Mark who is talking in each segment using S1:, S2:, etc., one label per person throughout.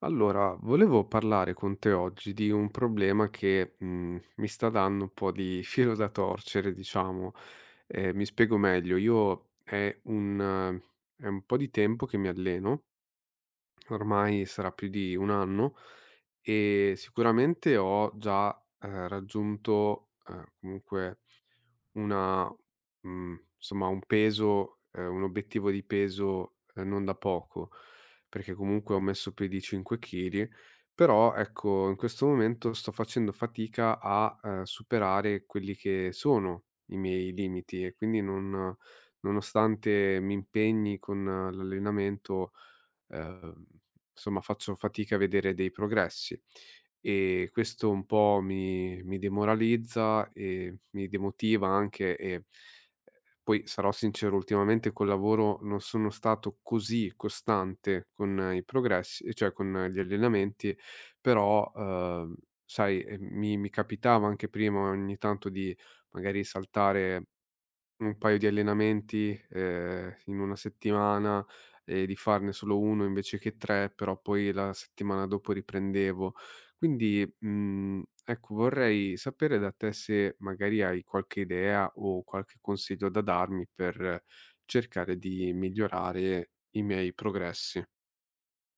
S1: Allora, volevo parlare con te oggi di un problema che, mi sta dando un po' di filo da torcere, diciamo. Mi spiego meglio: io è un po' di tempo che mi alleno. Ormai sarà più di un anno e sicuramente ho già, raggiunto, comunque una insomma un obiettivo di peso, non da poco, perché comunque ho messo più di 5 chili. Però ecco, in questo momento sto facendo fatica a superare quelli che sono i miei limiti, e quindi, non nonostante mi impegni con l'allenamento, ehm, insomma faccio fatica a vedere dei progressi, e questo un po' mi demoralizza e mi demotiva anche. E poi sarò sincero, ultimamente col lavoro non sono stato così costante con i progressi, e cioè con gli allenamenti. Però, sai, mi capitava anche prima ogni tanto di magari saltare un paio di allenamenti, in una settimana, e di farne solo uno invece che 3, però poi la settimana dopo riprendevo. Quindi, ecco, vorrei sapere da te se magari hai qualche idea o qualche consiglio da darmi per cercare di migliorare i miei progressi.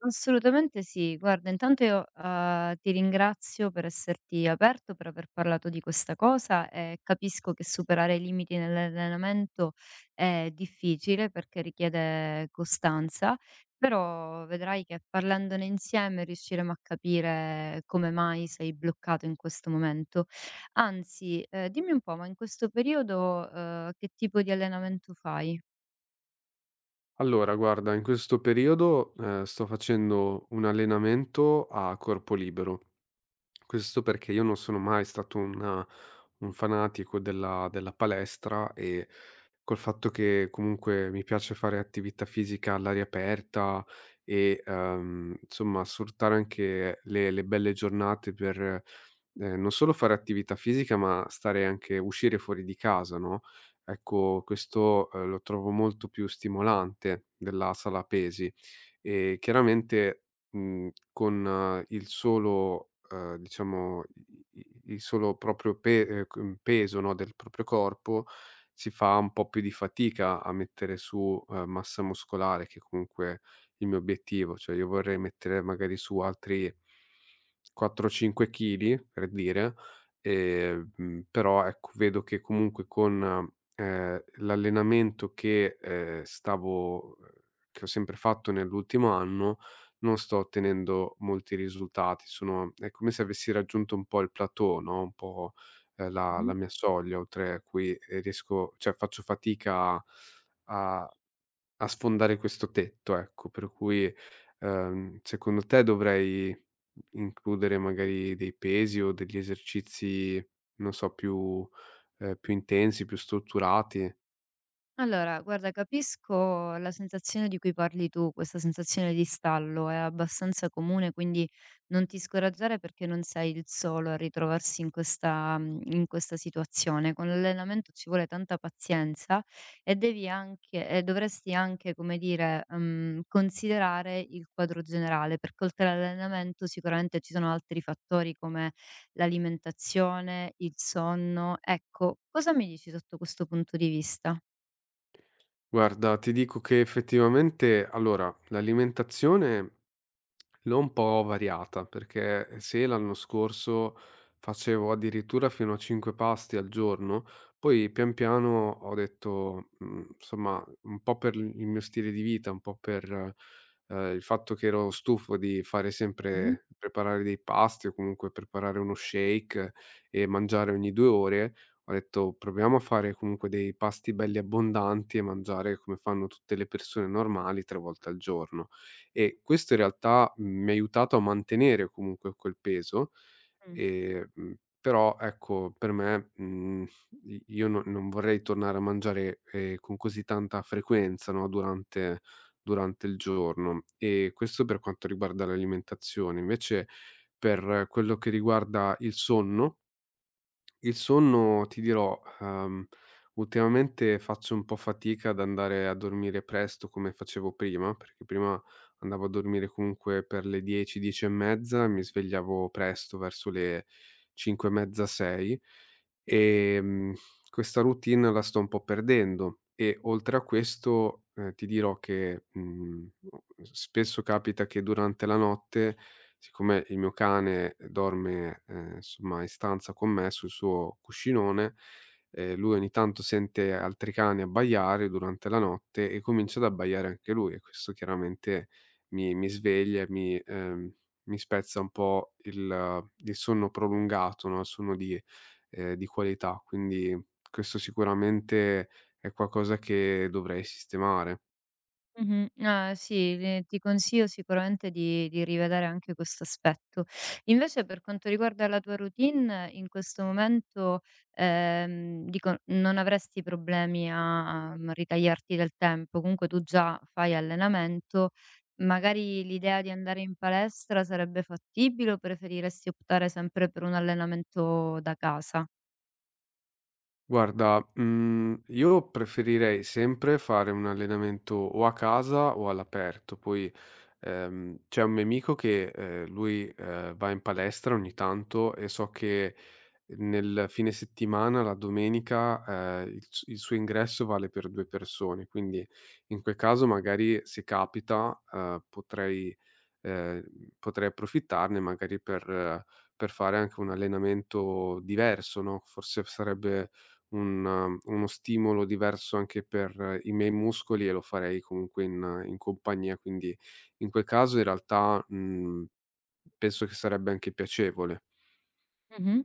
S2: Assolutamente sì. Guarda, intanto io, ti ringrazio per esserti aperto, per aver parlato di questa cosa e capisco che superare i limiti nell'allenamento è difficile perché richiede costanza, però vedrai che parlandone insieme riusciremo a capire come mai sei bloccato in questo momento. Anzi, dimmi un po', ma in questo periodo, che tipo di allenamento fai?
S1: Allora guarda, in questo periodo, sto facendo un allenamento a corpo libero. Questo perché io non sono mai stato un fanatico della palestra, e col fatto che comunque mi piace fare attività fisica all'aria aperta e, insomma sfruttare anche le belle giornate per, non solo fare attività fisica, ma stare anche uscire fuori di casa, no, ecco questo, lo trovo molto più stimolante della sala pesi. E chiaramente, con il solo, diciamo, i i il solo proprio pe peso, no, del proprio corpo, si fa un po' più di fatica a mettere su, massa muscolare, che comunque è il mio obiettivo. Cioè io vorrei mettere magari su altri 4, 5 chili, per dire, però ecco, vedo che comunque con, l'allenamento che, stavo che ho sempre fatto nell'ultimo anno, non sto ottenendo molti risultati, sono è come se avessi raggiunto un po' il plateau, no, un po', la
S2: Mh-mh.
S1: la mia soglia oltre a cui, riesco cioè faccio fatica a a sfondare questo tetto, ecco. Per cui, secondo te dovrei includere magari dei pesi o degli esercizi, non so, più, più intensi, più strutturati?
S2: Allora, guarda, capisco la sensazione di cui parli tu, questa sensazione di stallo è abbastanza comune, quindi non ti scoraggiare perché non sei il solo a ritrovarsi in questa, in questa situazione. Con l'allenamento ci vuole tanta pazienza e devi anche, e dovresti anche, come dire, considerare il quadro generale, perché oltre all'allenamento sicuramente ci sono altri fattori come l'alimentazione, il sonno. Ecco, cosa mi dici sotto questo punto di vista?
S1: Guarda, ti dico che effettivamente, allora, l'alimentazione l'ho un po' variata, perché se l'anno scorso facevo addirittura fino a 5 pasti al giorno, poi pian piano ho detto, insomma, un po' per il mio stile di vita, un po' per, il fatto che ero stufo di fare
S2: Mh-mh.
S1: sempre preparare dei pasti, o comunque preparare uno shake e mangiare ogni 2 ore, ho detto: "Proviamo a fare comunque dei pasti belli abbondanti e mangiare come fanno tutte le persone normali, 3 volte al giorno". E questo in realtà, mi ha aiutato a mantenere comunque quel peso,
S2: Mh.
S1: ehm, mhmm, però ecco per me, i io non vorrei tornare a mangiare, con così tanta frequenza, no, durante il giorno. E questo per quanto riguarda l'alimentazione. Invece per quello che riguarda il sonno, ti dirò, ultimamente faccio un po' fatica ad andare a dormire presto come facevo prima, perché prima andavo a dormire comunque per le 10, 10 e mezza, mi svegliavo presto verso le 5 e mezza, 6. Ehm, questa routine la sto un po' perdendo, e oltre a questo, ti dirò che, spesso capita che durante la notte, siccome il mio cane dorme, insomma in stanza con me sul suo cuscinone, lui ogni tanto sente altri cani abbaiare durante la notte e comincia ad abbaiare anche lui, e questo chiaramente mi sveglia e mi spezza un po' il sonno prolungato, no, il sonno di, di qualità. Quindi questo sicuramente è qualcosa che dovrei sistemare.
S2: Mh-mh. Ah, sì, ti consiglio sicuramente di rivedere anche questo aspetto. Invece per quanto riguarda la tua routine, in questo momento, dico, non avresti problemi a ritagliarti del tempo. Comunque tu già fai allenamento, magari l'idea di andare in palestra sarebbe fattibile o preferiresti optare sempre per un allenamento da casa?
S1: Guarda, io preferirei sempre fare un allenamento o a casa o all'aperto. Poi, c'è un mio amico che, lui, va in palestra ogni tanto, e so che, nel fine settimana, la domenica, il suo ingresso vale per 2 persone, quindi in quel caso, magari se capita, ehm, potrei approfittarne magari per, per fare anche un allenamento diverso, no, forse sarebbe un uno stimolo diverso anche per, i miei muscoli, e lo farei comunque in compagnia, quindi in quel caso in realtà, penso che sarebbe anche piacevole.
S2: Mh-mh.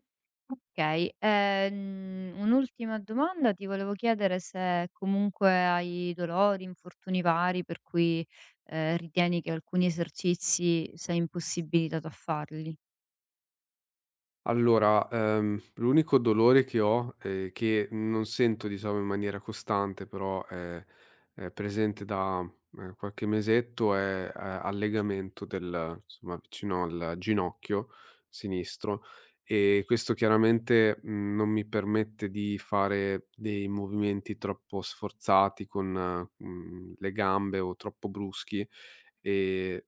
S2: Okay, un'ultima domanda ti volevo chiedere se comunque hai dolori, infortuni vari per cui, ritieni che alcuni esercizi sei impossibilitato a farli.
S1: Allora, l'unico dolore che ho, che non sento, diciamo, in maniera costante, però è presente da, qualche mesetto, è, al legamento, del, insomma, vicino al ginocchio sinistro, e questo chiaramente, non mi permette di fare dei movimenti troppo sforzati con, le gambe, o troppo bruschi, ehm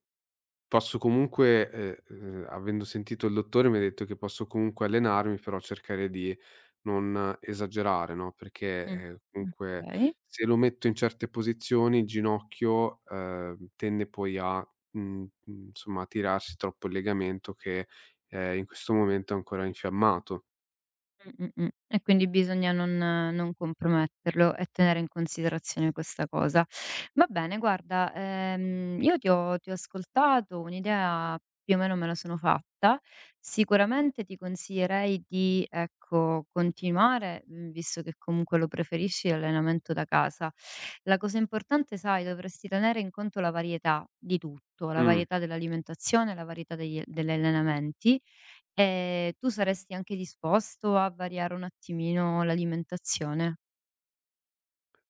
S1: Posso comunque avendo sentito il dottore, mi ha detto che posso comunque allenarmi, però cercare di non esagerare, no, perché,
S2: Mh,
S1: comunque
S2: okay.
S1: se lo metto in certe posizioni il ginocchio, tende poi a, insomma a tirarsi troppo il legamento che, in questo momento è ancora infiammato.
S2: E quindi bisogna non comprometterlo e tenere in considerazione questa cosa. Va bene guarda, io ti ho ascoltato, un'idea più o meno me la sono fatta. Sicuramente ti consiglierei di, ecco, continuare, visto che comunque lo preferisci, l'allenamento da casa. La cosa importante, sai, dovresti tenere in conto la varietà di tutto, la
S1: Mh.
S2: varietà dell'alimentazione, la varietà degli allenamenti. Tu saresti anche disposto a variare un attimino l'alimentazione?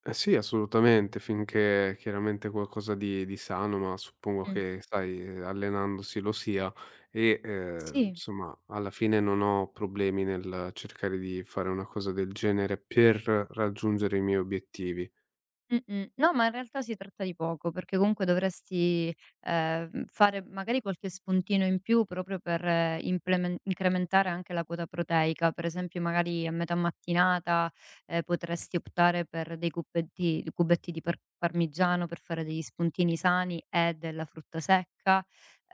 S1: Eh sì, assolutamente, finché chiaramente qualcosa di sano, ma suppongo
S2: Mh,
S1: che, sai, allenandosi lo sia, e,
S2: sì.
S1: insomma alla fine non ho problemi nel cercare di fare una cosa del genere per raggiungere i miei obiettivi.
S2: Mh-mh. No, ma in realtà si tratta di poco, perché comunque dovresti, fare magari qualche spuntino in più proprio per implemen incrementare anche la quota proteica. Per esempio, magari a metà mattinata, potresti optare per dei cubetti di parmigiano per fare degli spuntini sani e della frutta secca.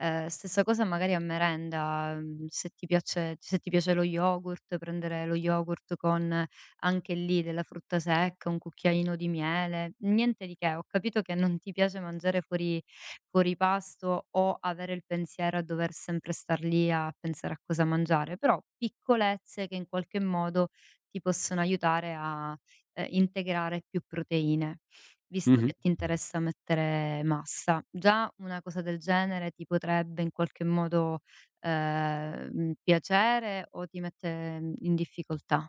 S2: Stessa cosa magari a merenda, se ti piace lo yogurt, prendere lo yogurt con anche lì della frutta secca, un cucchiaino di miele, niente di che. Ho capito che non ti piace mangiare fuori pasto o avere il pensiero a dover sempre star lì a pensare a cosa mangiare, però piccolezze che in qualche modo ti possono aiutare a, integrare più proteine, visto
S1: Mh-mh.
S2: che ti interessa mettere massa. Già una cosa del genere ti potrebbe in qualche modo, piacere o ti mette in difficoltà?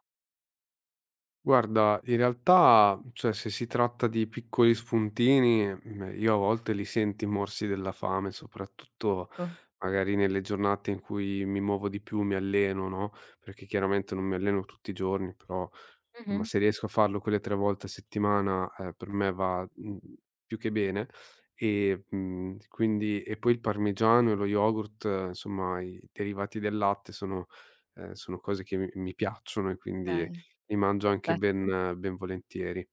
S1: Guarda, in realtà, cioè, se si tratta di piccoli spuntini, io a volte li sento i morsi della fame, soprattutto
S2: Co
S1: magari nelle giornate in cui mi muovo di più, mi alleno, no, perché chiaramente non mi alleno tutti i giorni, però, insomma,
S2: Mh-mh.
S1: se riesco a farlo quelle 3 volte a settimana, per me va, più che bene. E, quindi e poi, il parmigiano e lo yogurt, insomma, i derivati del latte sono, sono cose che mi piacciono, e quindi
S2: Okay,
S1: li mangio anche
S2: perfetto.
S1: ben ben volentieri.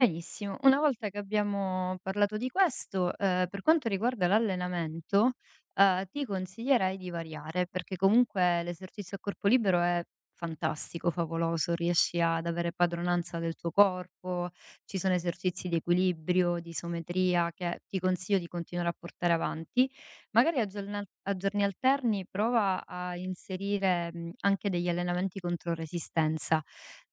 S2: Benissimo. Una volta che abbiamo parlato di questo, per quanto riguarda l'allenamento, ti consiglierei di variare, perché comunque l'esercizio a corpo libero è fantastico, favoloso, riesci ad avere padronanza del tuo corpo, ci sono esercizi di equilibrio, di isometria che ti consiglio di continuare a portare avanti. Magari a giorna a giorni alterni prova a inserire, anche degli allenamenti contro resistenza.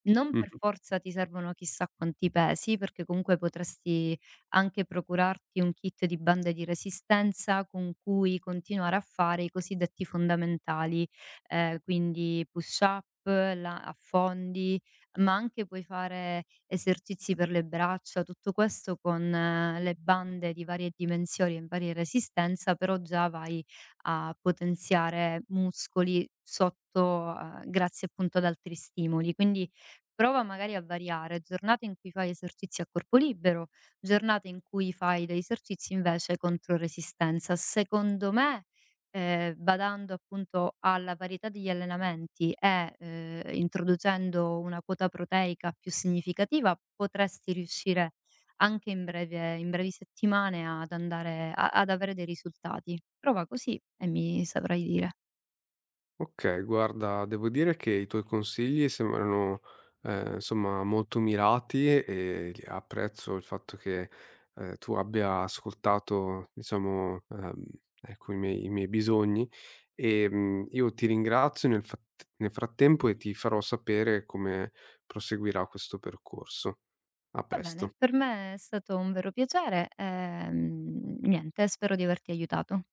S2: Non per
S1: Mh-mh.
S2: forza ti servono chissà quanti pesi, perché comunque potresti anche procurarti un kit di bande di resistenza con cui continuare a fare i cosiddetti fondamentali, quindi push up, la affondi, ma anche puoi fare esercizi per le braccia, tutto questo con le bande di varie dimensioni e varie resistenza, però già vai a potenziare muscoli sotto, grazie appunto ad altri stimoli. Quindi prova magari a variare giornate in cui fai esercizi a corpo libero, giornate in cui fai degli esercizi invece contro resistenza. Secondo me badando appunto alla varietà degli allenamenti e, introducendo una quota proteica più significativa, potresti riuscire anche in breve in brevi settimane ad andare a ad avere dei risultati. Prova così e mi saprai dire.
S1: Okay, guarda, devo dire che i tuoi consigli sembrano, insomma, molto mirati, e li apprezzo il fatto che, tu abbia ascoltato, diciamo, ecco, i miei bisogni. Io ti ringrazio, nel fatt nel frattempo, e ti farò sapere come proseguirà questo percorso. A
S2: Va bene,
S1: presto.
S2: per me è stato un vero piacere, niente, spero di averti aiutato.